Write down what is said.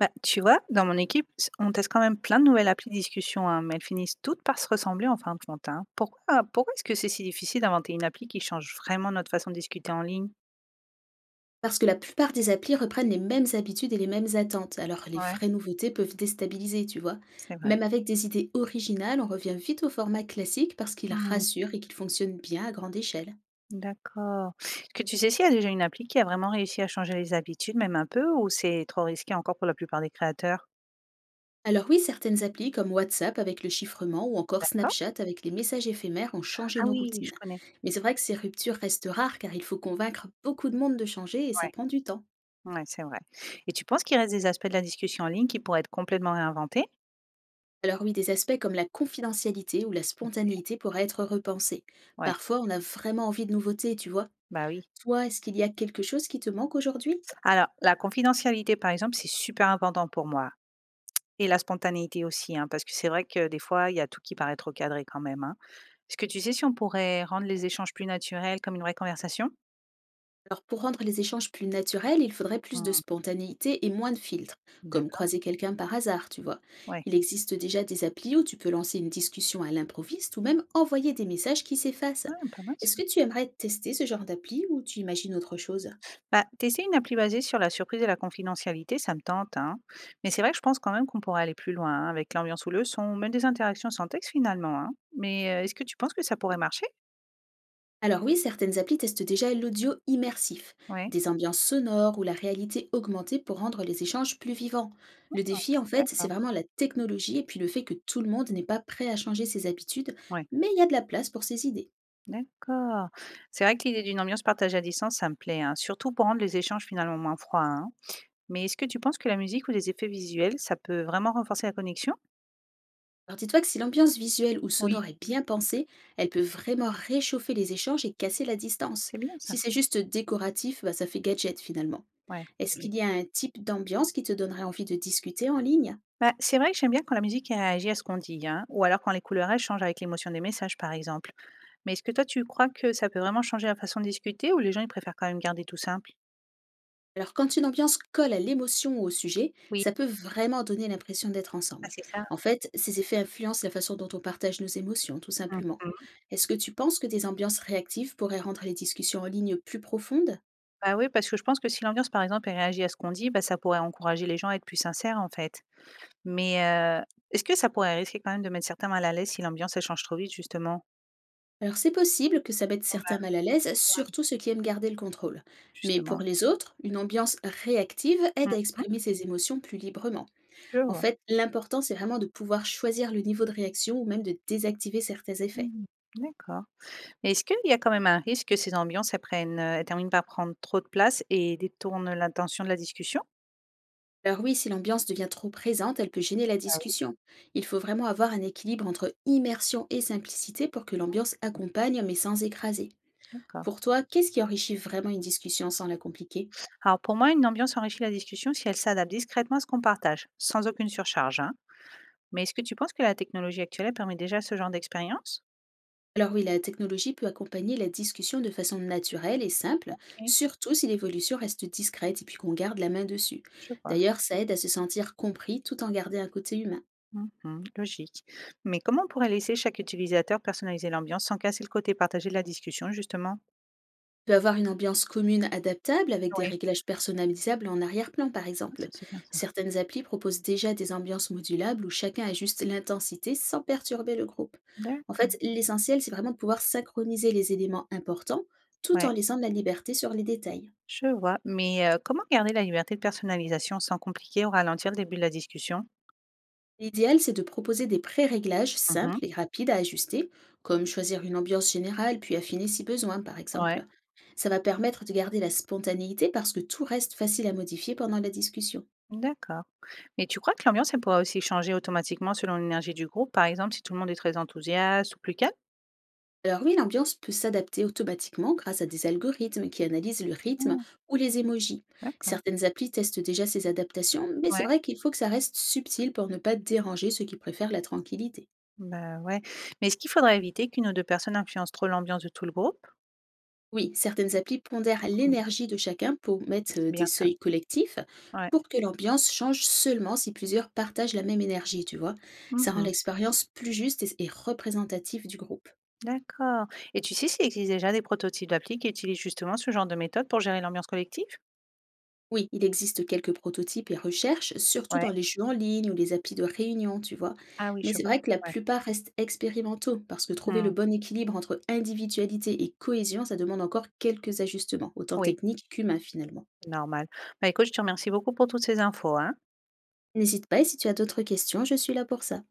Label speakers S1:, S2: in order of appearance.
S1: Bah, tu vois, dans mon équipe, on teste quand même plein de nouvelles applis de discussion, hein, mais elles finissent toutes par se ressembler en fin de compte. Hein. Pourquoi est-ce que c'est si difficile d'inventer une appli qui change vraiment notre façon de discuter en ligne?
S2: Parce que la plupart des applis reprennent les mêmes habitudes et les mêmes attentes, alors les
S1: Ouais,
S2: vraies nouveautés peuvent déstabiliser, tu vois.
S1: c'est vrai.
S2: Même avec des idées originales, on revient vite au format classique parce qu'il
S1: Hmm,
S2: rassure et qu'il fonctionne bien à grande échelle.
S1: d'accord. Est-ce que tu sais s'il y a déjà une appli qui a vraiment réussi à changer les habitudes, même un peu, ou c'est trop risqué encore pour la plupart des créateurs?
S2: Alors oui, certaines applis comme WhatsApp avec le chiffrement ou encore
S1: D'accord.
S2: Snapchat avec les messages éphémères ont changé
S1: Ah
S2: nos
S1: oui,
S2: routines.
S1: je connais.
S2: Mais c'est vrai que ces ruptures restent rares car il faut convaincre beaucoup de monde de changer et ça
S1: Ouais,
S2: prend du temps.
S1: ouais, c'est vrai. Et tu penses qu'il reste des aspects de la discussion en ligne qui pourraient être complètement réinventés?
S2: Alors oui, des aspects comme la confidentialité ou la
S1: Ok.
S2: spontanéité pourraient être repensés.
S1: Ouais,
S2: Parfois, on a vraiment envie de nouveautés, tu vois.
S1: bah oui.
S2: Toi, est-ce qu'il y a quelque chose qui te manque aujourd'hui?
S1: Alors, la confidentialité, par exemple, c'est super important pour moi et la spontanéité aussi, hein, parce que c'est vrai que des fois, il y a tout qui paraît trop cadré quand même, hein. Est-ce que tu sais si on pourrait rendre les échanges plus naturels comme une vraie conversation?
S2: Alors, pour rendre les échanges plus naturels, il faudrait plus de
S1: Hmm,
S2: spontanéité et moins de filtres, comme
S1: d'accord,
S2: croiser quelqu'un par hasard, tu vois.
S1: ouais.
S2: Il existe déjà des applis où tu peux lancer une discussion à l'improviste ou même envoyer des messages qui s'effacent.
S1: Ouais, pas mal ça.
S2: Est-ce que tu aimerais tester ce genre d'appli ou tu imagines autre chose?
S1: Bah, tester une appli basée sur la surprise et la confidentialité, ça me tente, hein. Mais c'est vrai que je pense quand même qu'on pourrait aller plus loin, hein, avec l'ambiance ou le son, même des interactions sans texte finalement, hein. Mais est-ce que tu penses que ça pourrait marcher?
S2: Alors oui, certaines applis testent déjà l'audio immersif,
S1: Ouais.
S2: des ambiances sonores ou la réalité augmentée pour rendre les échanges plus vivants. Le
S1: Ah,
S2: défi, en fait, c'est
S1: d'accord.
S2: vraiment la technologie et puis le fait que tout le monde n'est pas prêt à changer ses habitudes,
S1: Ouais.
S2: mais il y a de la place pour ses idées.
S1: D'accord. C'est vrai que l'idée d'une ambiance partagée à distance, ça me plaît, hein, surtout pour rendre les échanges finalement moins froids, hein. Mais est-ce que tu penses que la musique ou les effets visuels, ça peut vraiment renforcer la connexion?
S2: Alors dis-toi que si l'ambiance visuelle ou
S1: Oui,
S2: sonore est bien pensée, elle peut vraiment réchauffer les échanges et casser la distance.
S1: c'est bien ça.
S2: Si c'est juste décoratif, bah, ça fait gadget finalement.
S1: Ouais,
S2: Est-ce qu'il y a
S1: logique.
S2: un type d'ambiance qui te donnerait envie de discuter en ligne?
S1: Bah, c'est vrai que j'aime bien quand la musique elle réagit à ce qu'on dit, hein, ou alors quand les couleurs elles changent avec l'émotion des messages, par exemple. Mais est-ce que toi, tu crois que ça peut vraiment changer la façon de discuter ou les gens, ils préfèrent quand même garder tout simple?
S2: Alors, quand une ambiance colle à l'émotion ou au sujet,
S1: Oui,
S2: ça peut vraiment donner l'impression d'être
S1: ah,
S2: ensemble.
S1: c'est ça.
S2: En fait, ces effets influencent la façon dont on partage nos émotions, tout
S1: Mhm.
S2: simplement. Est-ce que tu penses que des ambiances réactives pourraient rendre les discussions en ligne plus profondes?
S1: Bah oui, parce que je pense que si l'ambiance, par exemple, elle réagit à ce qu'on dit, bah, ça pourrait encourager les gens à être plus sincères, en fait. Mais, heu, est-ce que ça pourrait risquer quand même de mettre certains mal à l'aise si l'ambiance elle change trop vite justement?
S2: Alors, c'est possible que ça mette
S1: Oh bah,
S2: certains mal à l'aise,
S1: ouais,
S2: surtout ceux qui aiment garder le contrôle. Mais pour
S1: justement.
S2: les autres, une ambiance réactive aide à
S1: Mmh,
S2: exprimer ses émotions plus librement.
S1: je
S2: En
S1: vois.
S2: fait, l'important, c'est vraiment de pouvoir choisir le niveau de réaction ou même de désactiver certains effets.
S1: Mmh, d'accord. Mais est-ce qu'il y a quand même un risque que ces ambiances elles prennent, elles terminent par prendre trop de place et détournent l'attention de la discussion?
S2: Alors oui, si l'ambiance devient trop présente, elle peut gêner la
S1: Ah oui,
S2: discussion. Il faut vraiment avoir un équilibre entre immersion et simplicité pour que l'ambiance accompagne mais sans écraser.
S1: d'accord.
S2: Pour toi, qu'est-ce qui enrichit vraiment une discussion sans la compliquer?
S1: Alors pour moi, une ambiance enrichit la discussion si elle s'adapte discrètement à ce qu'on partage, sans aucune surcharge, hein. Mais est-ce que tu penses que la technologie actuelle elle permet déjà ce genre d'expérience?
S2: Alors oui, la technologie peut accompagner la discussion de façon naturelle et simple,
S1: OK,
S2: surtout si l'évolution reste discrète et puis qu'on garde la main dessus.
S1: je vois.
S2: D'ailleurs, ça aide à se sentir compris tout en gardant un côté humain.
S1: Mmh, logique. Mais comment on pourrait laisser chaque utilisateur personnaliser l'ambiance sans casser le côté partagé de la discussion justement?
S2: Peut avoir une ambiance commune adaptable avec des
S1: Oui.
S2: réglages personnalisables en arrière-plan par
S1: Ah ça,
S2: exemple.
S1: c'est bien ça.
S2: Certaines applis proposent déjà des ambiances modulables où chacun ajuste l'intensité sans perturber le groupe. En
S1: D'accord.
S2: fait, l'essentiel, c'est vraiment de pouvoir synchroniser les éléments importants tout en
S1: Ouais,
S2: laissant de la liberté sur les détails.
S1: je vois. Mais comment garder la liberté de personnalisation sans compliquer ou ralentir le début de la discussion?
S2: L'idéal, c'est de proposer des pré-réglages simples
S1: Mmh.
S2: et rapides à ajuster, comme choisir une ambiance générale puis affiner si besoin par
S1: Ouais,
S2: exemple. Ça va permettre de garder la spontanéité parce que tout reste facile à modifier pendant la discussion.
S1: d'accord. Mais tu crois que l'ambiance, elle pourrait aussi changer automatiquement selon l'énergie du groupe, par exemple si tout le monde est très enthousiaste ou plus calme?
S2: Alors oui, l'ambiance peut s'adapter automatiquement grâce à des algorithmes qui analysent le rythme
S1: Mmh,
S2: ou les émojis.
S1: d'accord.
S2: Certaines applis testent déjà ces adaptations, mais c'est
S1: Ouais,
S2: vrai qu'il faut que ça reste subtil pour ne pas déranger ceux qui préfèrent la tranquillité.
S1: bah, ouais. Mais est-ce qu'il faudrait éviter qu'une ou 2 personnes influencent trop l'ambiance de tout le groupe?
S2: Oui, certaines applis pondèrent
S1: Mmh,
S2: l'énergie de chacun pour mettre
S1: c'est bien
S2: des
S1: ça.
S2: seuils collectifs
S1: Ouais.
S2: pour que l'ambiance change seulement si plusieurs partagent la même énergie, tu vois. Ça rend
S1: Mmh,
S2: l'expérience plus juste et représentative du groupe.
S1: d'accord. Et tu sais s'il existe déjà des prototypes d'appli qui utilisent justement ce genre de méthode pour gérer l'ambiance collective?
S2: Oui, il existe quelques prototypes et recherches, surtout
S1: Ouais.
S2: dans les jeux en ligne ou les applis de réunion, tu vois.
S1: Ah oui,
S2: Mais
S1: je
S2: c'est
S1: vois.
S2: vrai que la
S1: Ouais.
S2: plupart restent expérimentaux, parce que trouver le
S1: Mmh.
S2: bon équilibre entre individualité et cohésion, ça demande encore quelques ajustements, autant
S1: Oui,
S2: techniques qu'humains finalement.
S1: normal. Bah, écoute, je te remercie beaucoup pour toutes ces infos, hein.
S2: N'hésite pas et si tu as d'autres questions, je suis là pour ça.